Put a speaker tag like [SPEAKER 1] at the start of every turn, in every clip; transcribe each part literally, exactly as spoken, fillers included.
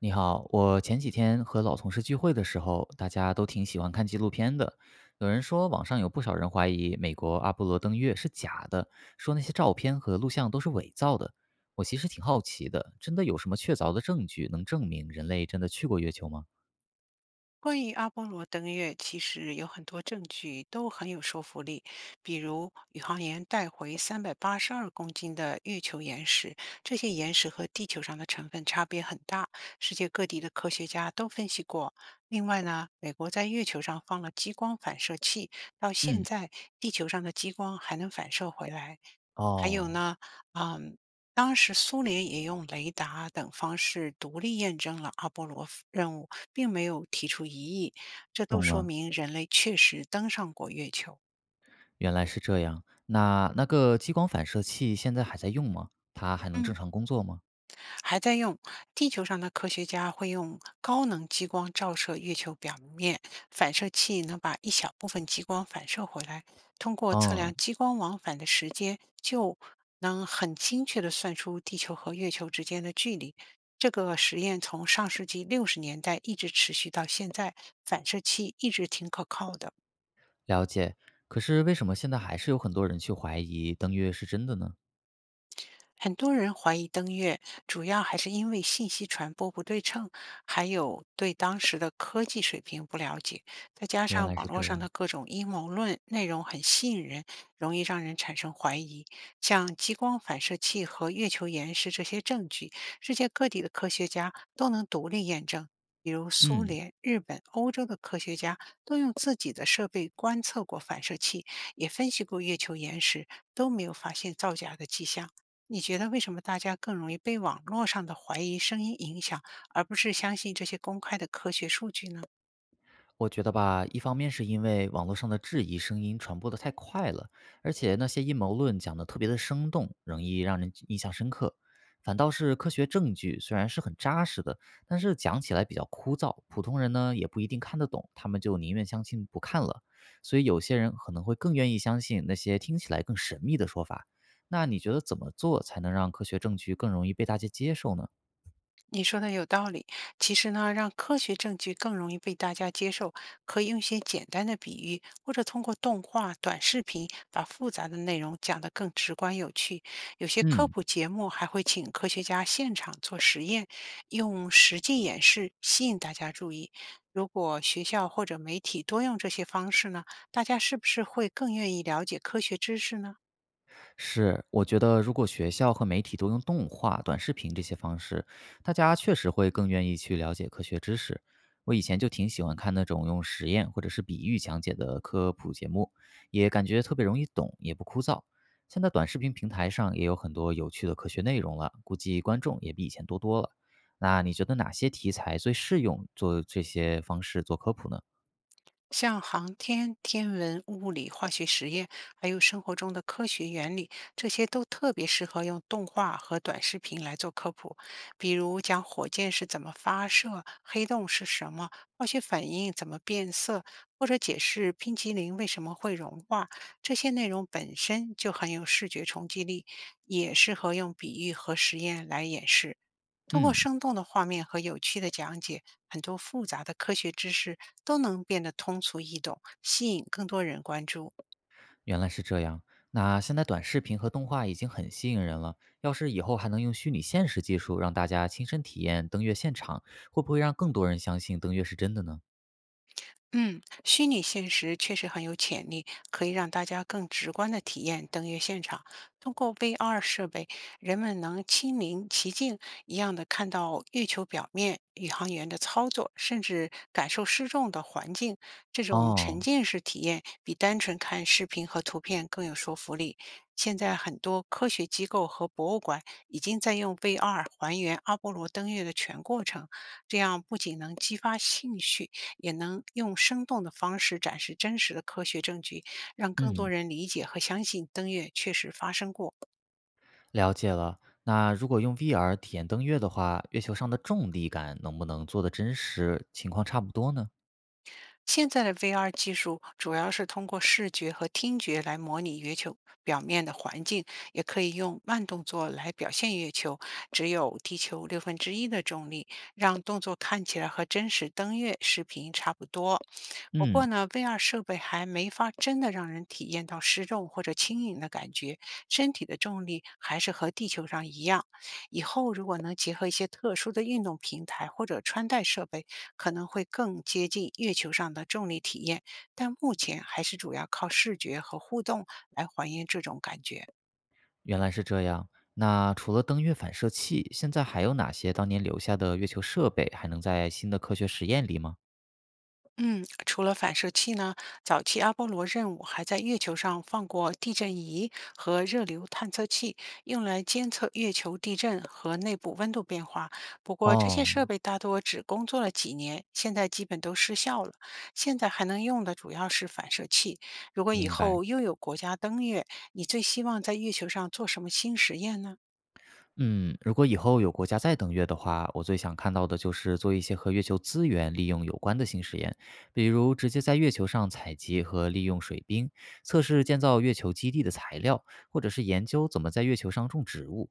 [SPEAKER 1] 你好，我前几天和老同事聚会的时候，大家都挺喜欢看纪录片的。有人说，网上有不少人怀疑美国阿波罗登月是假的，说那些照片和录像都是伪造的。我其实挺好奇的，真的有什么确凿的证据能证明人类真的去过月球吗？
[SPEAKER 2] 关于阿波罗登月，其实有很多证据都很有说服力，比如宇航员带回三百八十二公斤的月球岩石，这些岩石和地球上的成分差别很大，世界各地的科学家都分析过。另外呢，美国在月球上放了激光反射器，到现
[SPEAKER 1] 嗯，
[SPEAKER 2] 在地球上的激光还能反射回来。还有
[SPEAKER 1] 哦，
[SPEAKER 2] 呢，嗯。当时苏联也用雷达等方式独立验证了阿波罗任务，并没有提出异议，这都
[SPEAKER 1] 懂
[SPEAKER 2] 说
[SPEAKER 1] 了，
[SPEAKER 2] 明人类确实登上过月球。
[SPEAKER 1] 原来是这样。那那个激光反射器现在还在用吗？它还能
[SPEAKER 2] 嗯，
[SPEAKER 1] 正常工作吗？
[SPEAKER 2] 还在用。地球上的科学家会用高能激光照射月球表面，反射器能把一小部分激光反射回来。通过测
[SPEAKER 1] 哦，
[SPEAKER 2] 量激光往返的时间，就能很精确地算出地球和月球之间的距离。这个实验从上世纪六十年代一直持续到现在，反射器一直挺可靠的。
[SPEAKER 1] 了解。可是为什么现在还是有很多人去怀疑登月是真的呢？
[SPEAKER 2] 很多人怀疑登月，主要还是因为信息传播不对称，还有对当时的科技水平不了解，再加
[SPEAKER 1] 原
[SPEAKER 2] 上
[SPEAKER 1] 来
[SPEAKER 2] 网
[SPEAKER 1] 是
[SPEAKER 2] 络
[SPEAKER 1] 这
[SPEAKER 2] 上的
[SPEAKER 1] 样。
[SPEAKER 2] 各种阴谋论内容很吸引人，容易让人产生怀疑。像激光反射器和月球岩石这些证据，世界各地的科学家都能独立验证。比如苏
[SPEAKER 1] 嗯，
[SPEAKER 2] 联、日本、欧洲的科学家都用自己的设备观测过反射器，也分析过月球岩石，都没有发现造假的迹象。你觉得为什么大家更容易被网络上的怀疑声音影响，而不是相信这些公开的科学数据呢？
[SPEAKER 1] 我觉得吧，一方面是因为网络上的质疑声音传播的太快了，而且那些阴谋论讲的特别的生动，容易让人印象深刻。反倒是科学证据虽然是很扎实的，但是讲起来比较枯燥，普通人呢也不一定看得懂，他们就宁愿相信不看了。所以有些人可能会更愿意相信那些听起来更神秘的说法。那你觉得怎么做才能让科学证据更容易被大家接受呢？
[SPEAKER 2] 你说的有道理。其实呢，让科学证据更容易被大家接受，可以用一些简单的比喻，或者通过动画、短视频把复杂的内容讲得更直观有趣。有些科
[SPEAKER 1] 嗯，
[SPEAKER 2] 普节目还会请科学家现场做实验，用实际演示吸引大家注意。如果学校或者媒体多用这些方式呢，大家是不是会更愿意了解科学知识呢？
[SPEAKER 1] 是，我觉得如果学校和媒体都用动画、短视频这些方式，大家确实会更愿意去了解科学知识。我以前就挺喜欢看那种用实验或者是比喻讲解的科普节目，也感觉特别容易懂，也不枯燥。现在短视频平台上也有很多有趣的科学内容了，估计观众也比以前多多了。那你觉得哪些题材最适用做这些方式做科普呢？
[SPEAKER 2] 像航天、天文、物理、化学实验，还有生活中的科学原理，这些都特别适合用动画和短视频来做科普。比如讲火箭是怎么发射，黑洞是什么，化学反应怎么变色，或者解释冰淇淋为什么会融化。这些内容本身就很有视觉冲击力，也适合用比喻和实验来演示。通过
[SPEAKER 1] 嗯，
[SPEAKER 2] 生动的画面和有趣的讲解，很多复杂的科学知识都能变得通俗易懂，吸引更多人关注。
[SPEAKER 1] 原来是这样。那现在短视频和动画已经很吸引人了，要是以后还能用虚拟现实技术让大家亲身体验登月现场，会不会让更多人相信登月是真的呢？
[SPEAKER 2] 嗯，虚拟现实确实很有潜力，可以让大家更直观的体验登月现场。通过 V R 设备，人们能亲临其境，一样的看到月球表面、宇航员的操作，甚至感受失重的环境。这种沉
[SPEAKER 1] 哦，
[SPEAKER 2] 浸式体验比单纯看视频和图片更有说服力。现在很多科学机构和博物馆已经在用 V R 还原阿波罗登月的全过程，这样不仅能激发兴趣。也能用生动的方式展示真实的科学证据，让更多
[SPEAKER 1] 嗯，
[SPEAKER 2] 人理解和相信登月确实发生过。
[SPEAKER 1] 了解了。那如果用 V R 体验登月的话，月球上的重力感能不能做得真实情况差不多呢？
[SPEAKER 2] 现在的 V R 技术主要是通过视觉和听觉来模拟月球表面的环境，也可以用慢动作来表现月球只有地球六分之一的重力，让动作看起来和真实登月视频差不多。不过
[SPEAKER 1] 嗯，
[SPEAKER 2] 呢，V R 设备还没法真的让人体验到失重或者轻盈的感觉，身体的重力还是和地球上一样。以后如果能结合一些特殊的运动平台或者穿戴设备，可能会更接近月球上的重力体验。但目前还是主要靠视觉和互动来还原这种感觉。
[SPEAKER 1] 原来是这样。那除了登月反射器，现在还有哪些当年留下的月球设备还能在新的科学实验里吗？
[SPEAKER 2] 嗯，除了反射器呢，早期阿波罗任务还在月球上放过地震仪和热流探测器，用来监测月球地震和内部温度变化。不过这些
[SPEAKER 1] 哦，
[SPEAKER 2] 设备大多只工作了几年，现在基本都失效了。现在还能用的主要是反射器。如果以
[SPEAKER 1] 明白。
[SPEAKER 2] 后又有国家登月，你最希望在月球上做什么新实验呢？
[SPEAKER 1] 嗯，如果以后有国家再登月的话，我最想看到的就是做一些和月球资源利用有关的新实验，比如直接在月球上采集和利用水冰，测试建造月球基地的材料，或者是研究怎么在月球上种植物。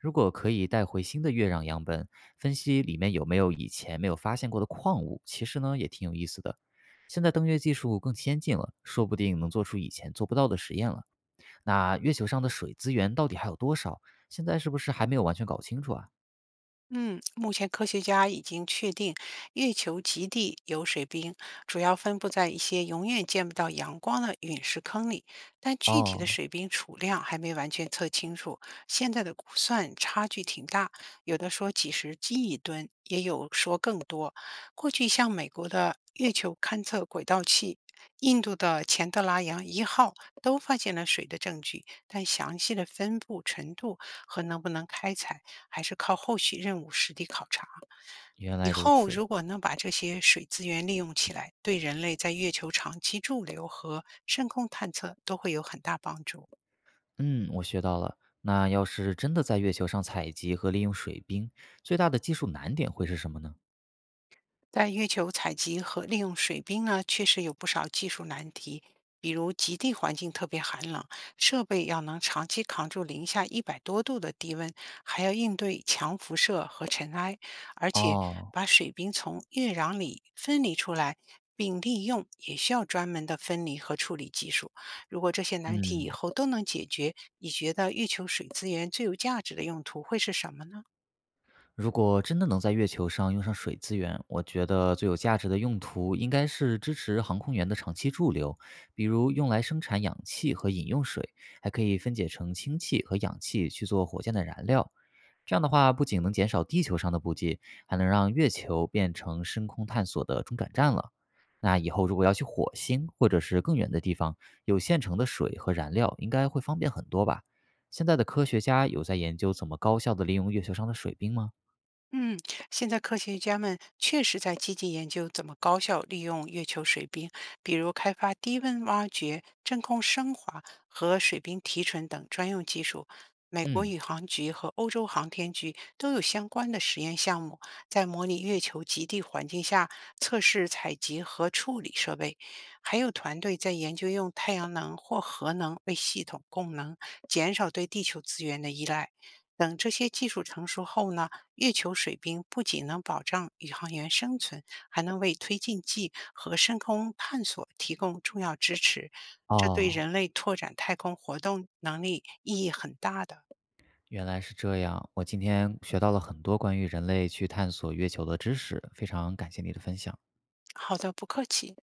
[SPEAKER 1] 如果可以带回新的月壤样本，分析里面有没有以前没有发现过的矿物，其实呢也挺有意思的。现在登月技术更先进了，说不定能做出以前做不到的实验了。那月球上的水资源到底还有多少？现在是不是还没有完全搞清楚啊？
[SPEAKER 2] 嗯，目前科学家已经确定，月球极地有水冰，主要分布在一些永远见不到阳光的陨石坑里。但具体的
[SPEAKER 1] 哦，
[SPEAKER 2] 水冰储量还没完全测清楚，现在的估算差距挺大，有的说几十亿吨，也有说更多。过去像美国的月球勘测轨道器。印度的钱德拉扬一号都发现了水的证据，但详细的分布程度和能不能开采还是靠后续任务实地考察。
[SPEAKER 1] 原
[SPEAKER 2] 以
[SPEAKER 1] 来如
[SPEAKER 2] 后
[SPEAKER 1] 此。
[SPEAKER 2] 如果能把这些水资源利用起来，对人类在月球长期驻留和深空探测都会有很大帮助。
[SPEAKER 1] 嗯，我学到了。那要是真的在月球上采集和利用水冰，最大的技术难点会是什么呢？
[SPEAKER 2] 在月球采集和利用水冰呢，确实有不少技术难题，比如极地环境特别寒冷，设备要能长期扛住零下一百多度的低温，还要应对强辐射和尘埃，而且
[SPEAKER 1] 哦，
[SPEAKER 2] 把水冰从月壤里分离出来。并利用也需要专门的分离和处理技术。如果这些难题以
[SPEAKER 1] 嗯，
[SPEAKER 2] 后都能解决，你觉得月球水资源最有价值的用途会是什么呢？
[SPEAKER 1] 如果真的能在月球上用上水资源，我觉得最有价值的用途应该是支持航空员的长期驻留，比如用来生产氧气和饮用水，还可以分解成氢气和氧气去做火箭的燃料。这样的话，不仅能减少地球上的补给，还能让月球变成深空探索的中转站了。那以后如果要去火星或者是更远的地方，有现成的水和燃料，应该会方便很多吧？现在的科学家有在研究怎么高效的利用月球上的水冰吗？
[SPEAKER 2] 嗯，现在科学家们确实在积极研究怎么高效利用月球水冰，比如开发低温挖掘、真空升华和水冰提纯等专用技术。美国
[SPEAKER 1] 嗯，
[SPEAKER 2] 宇航局和欧洲航天局都有相关的实验项目，在模拟月球极地环境下测试采集和处理设备，还有团队在研究用太阳能或核能为系统供能，减少对地球资源的依赖。等这些技术成熟后呢？月球水冰不仅能保障宇航员生存，还能为推进剂和深空探索提供重要支持，这对
[SPEAKER 1] 哦，
[SPEAKER 2] 人类拓展太空活动能力意义很大的。
[SPEAKER 1] 原来是这样。我今天学到了很多关于人类去探索月球的知识，非常感谢你的分享。
[SPEAKER 2] 好的，不客气。